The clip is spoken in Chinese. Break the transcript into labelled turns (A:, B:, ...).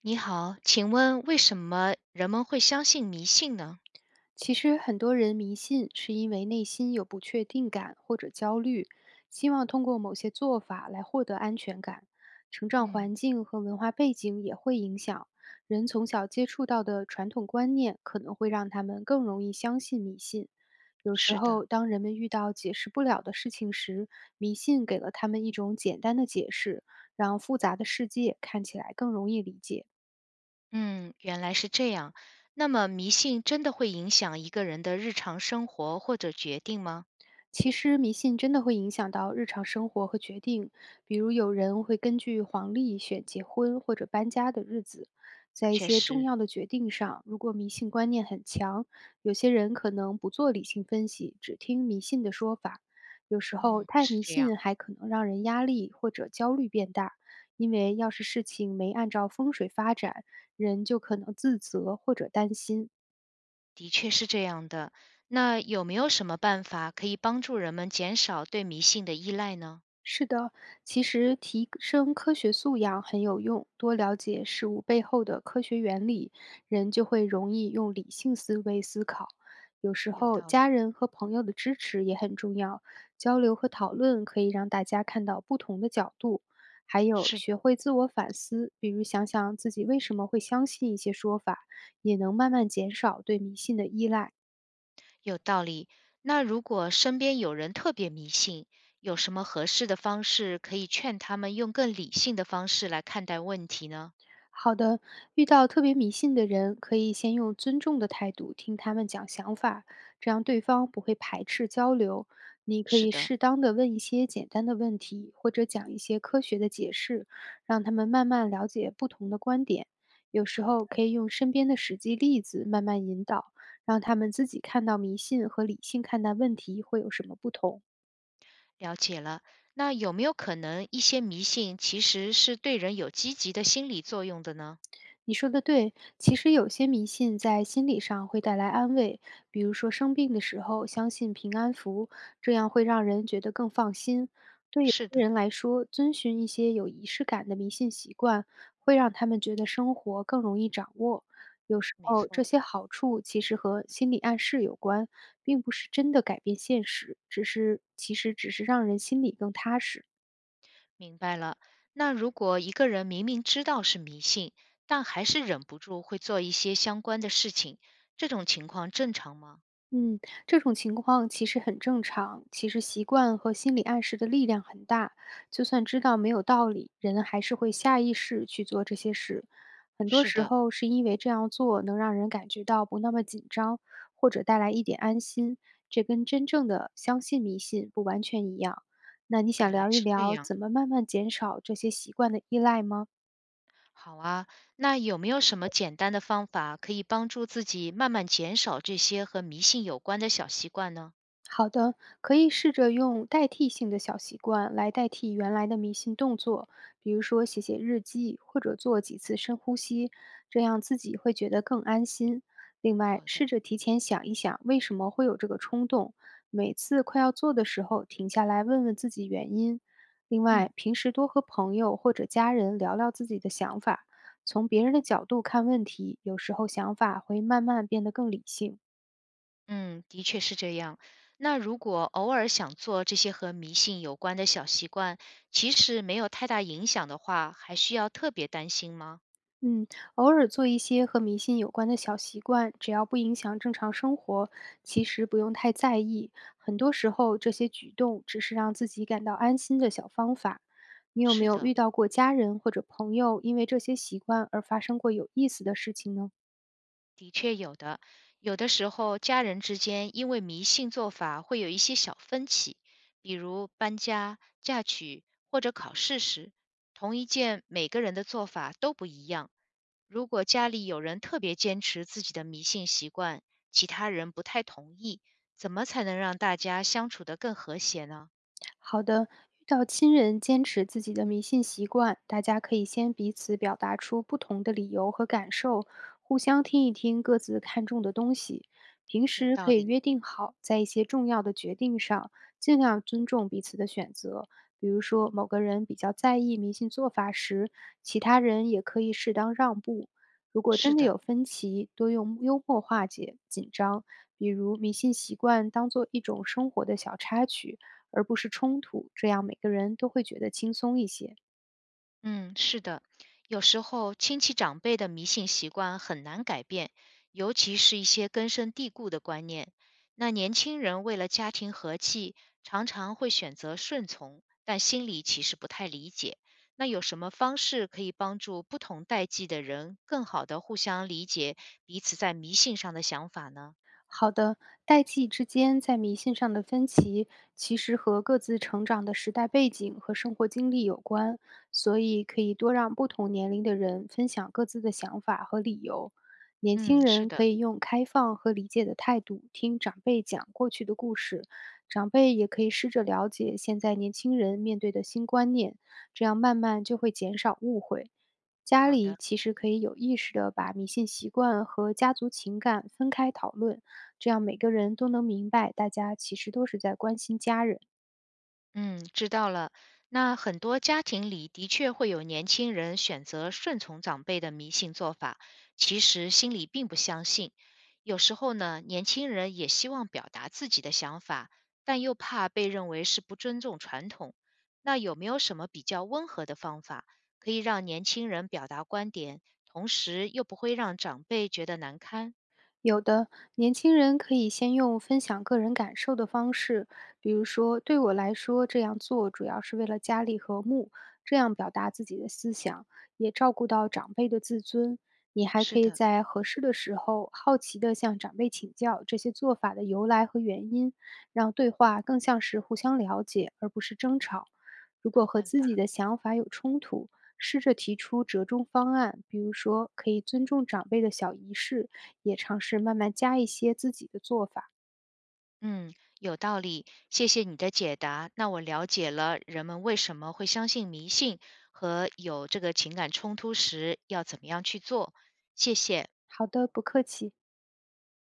A: 你好，请问为什么人们会相信迷信呢？
B: 其实很多人迷信是因为内心有不确定感或者焦虑，希望通过某些做法来获得安全感。成长
A: 嗯，
B: 环境和文化背景也会影响，人从小接触到的传统观念可能会让他们更容易相信迷信。有时
A: 是的，
B: 候，当人们遇到解释不了的事情时，迷信给了他们一种简单的解释，让复杂的世界看起来更容易理解。
A: 嗯，原来是这样。那么迷信真的会影响一个人的日常生活或者决定吗？
B: 其实迷信真的会影响到日常生活和决定，比如有人会根据黄历选结婚或者搬家的日子，在一
A: 确
B: 些重
A: 实，
B: 要的决定上，如果迷信观念很强，有些人可能不做理性分析，只听迷信的说法。有时候
A: 嗯，
B: 太
A: 是
B: 迷
A: 这样，
B: 信还可能让人压力或者焦虑变大，因为要是事情没按照风水发展，人就可能自责或者担心。
A: 的确是这样的。那有没有什么办法可以帮助人们减少对迷信的依赖呢？
B: 是的，其实提升科学素养很有用，多了解事物背后的科学原理，人就会容易用理性思维思考。有时
A: 有
B: 候，
A: 道理，
B: 家人和朋友的支持也很重要，交流和讨论可以让大家看到不同的角度。还有，学
A: 是
B: 会自我反思，比如想想自己为什么会相信一些说法，也能慢慢减少对迷信的依赖。
A: 有道理。那如果身边有人特别迷信，有什么合适的方式可以劝他们用更理性的方式来看待问题呢？
B: 好的，遇到特别迷信的人，可以先用尊重的态度听他们讲想法，这样对方不会排斥交流。你可
A: 是
B: 以
A: 的，
B: 适当的问一些简单的问题，或者讲一些科学的解释，让他们慢慢了解不同的观点。有时
A: 好
B: 候
A: 的
B: 可以用身边的实际例子慢慢引导，让他们自己看到迷信和理性看待问题会有什么不同。
A: 了解了。那有没有可能一些迷信其实是对人有积极的心理作用的呢？
B: 你说的对，其实有些迷信在心理上会带来安慰，比如说生病的时候相信平安符，这样会让人觉得更放心。对有
A: 是
B: 些
A: 的，
B: 人来说，遵循一些有仪式感的迷信习惯，会让他们觉得生活更容易掌握。有时
A: 没
B: 候，这
A: 错，
B: 些好处其实和心理暗示有关，并不是真的改变现实，只是其实只是让人心里更踏实。
A: 明白了。那如果一个人明明知道是迷信，但还是忍不住会做一些相关的事情，这种情况正常吗？
B: 嗯，这种情况其实很正常。其实习惯和心理暗示的力量很大，就算知道没有道理，人还是会下意识去做这些事。很多
A: 是
B: 时
A: 的，
B: 候是因为这样做能让人感觉到不那么紧张，或者带来一点安心，这跟真正的相信迷信不完全一样。那你想
A: 原来
B: 聊一
A: 是这
B: 聊
A: 样。
B: 怎么慢慢减少这些习惯的依赖吗？
A: 好啊，那有没有什么简单的方法可以帮助自己慢慢减少这些和迷信有关的小习惯呢？
B: 好的，可以试着用代替性的小习惯来代替原来的迷信动作，比如说写写日记或者做几次深呼吸，这样自己会觉得更安心。另外，
A: 好的，
B: 试着提前想一想为什么会有这个冲动，每次快要做的时候停下来问问自己原因。另
A: 嗯
B: 外，平时多和朋友或者家人聊聊自己的想法，从别人的角度看问题，有时候想法会慢慢变得更理性。
A: 嗯，的确是这样。那如果偶尔想做这些和迷信有关的小习惯，其实没有太大影响的话，还需要特别担心吗？
B: 嗯，偶尔做一些和迷信有关的小习惯，只要不影响正常生活，其实不用太在意。很多时候，这些举动只是让自己感到安心的小方法。你有没
A: 是
B: 有
A: 的，
B: 遇到过家人或者朋友因为这些习惯而发生过有意思的事情呢？
A: 的确有的，有的时候家人之间因为迷信做法会有一些小分歧，比如搬家、嫁娶或者考试时，同一件每个人的做法都不一样。如果家里有人特别坚持自己的迷信习惯，其他人不太同意，怎么才能让大家相处得更和谐呢？
B: 好的，遇到亲人坚持自己的迷信习惯，大家可以先彼此表达出不同的理由和感受，互相听一听各自看重的东西。平
A: 有
B: 时
A: 道
B: 可以
A: 理，
B: 约定好，在一些重要的决定上，尽量尊重彼此的选择。比如说，某个人比较在意迷信做法时，其他人也可以适当让步。如果
A: 是
B: 真的
A: 的。
B: 有分歧，多用幽默化解紧张，比如迷信习惯当做一种生活的小插曲，而不是冲突，这样每个人都会觉得轻松一些。
A: 嗯，是的，有时候亲戚长辈的迷信习惯很难改变，尤其是一些根深蒂固的观念。那年轻人为了家庭和气，常常会选择顺从，但心里其实不太理解。那有什么方式可以帮助不同代际的人更好的互相理解彼此在迷信上的想法呢？
B: 好的，代际之间在迷信上的分歧，其实和各自成长的时代背景和生活经历有关，所以可以多让不同年龄的人分享各自的想法和理由。年
A: 嗯，
B: 轻
A: 是
B: 人
A: 的，
B: 可以用开放和理解的态度听长辈讲过去的故事，长辈也可以试着了解现在年轻人面对的新观念，这样慢慢就会减少误会。家
A: 好
B: 里
A: 的。
B: 其实可以有意识的把迷信习惯和家族情感分开讨论。这样每个人都能明白，大家其实都是在关心家人。
A: 嗯，知道了。那很多家庭里的确会有年轻人选择顺从长辈的迷信做法，其实心里并不相信。有时候呢，年轻人也希望表达自己的想法，但又怕被认为是不尊重传统。那有没有什么比较温和的方法，可以让年轻人表达观点，同时又不会让长辈觉得难堪？
B: 有的年轻人可以先用分享个人感受的方式，比如说，对我来说这样做主要是为了家里和睦，这样表达自己的思想，也照顾到长辈的自尊。你还
A: 是
B: 可以
A: 的，
B: 在合适的时候，好奇地向长辈请教这些做法的由来和原因，让对话更像是互相了解，而不是争吵。如果
A: 好
B: 和
A: 办
B: 自己
A: 法。
B: 的想法有冲突，试着提出折中方案，比如说可以尊重长辈的小仪式，也尝试慢慢加一些自己的做法。
A: 嗯，有道理，谢谢你的解答。那我了解了人们为什么会相信迷信和有这个情感冲突时要怎么样去做，谢谢。
B: 好的，不客气。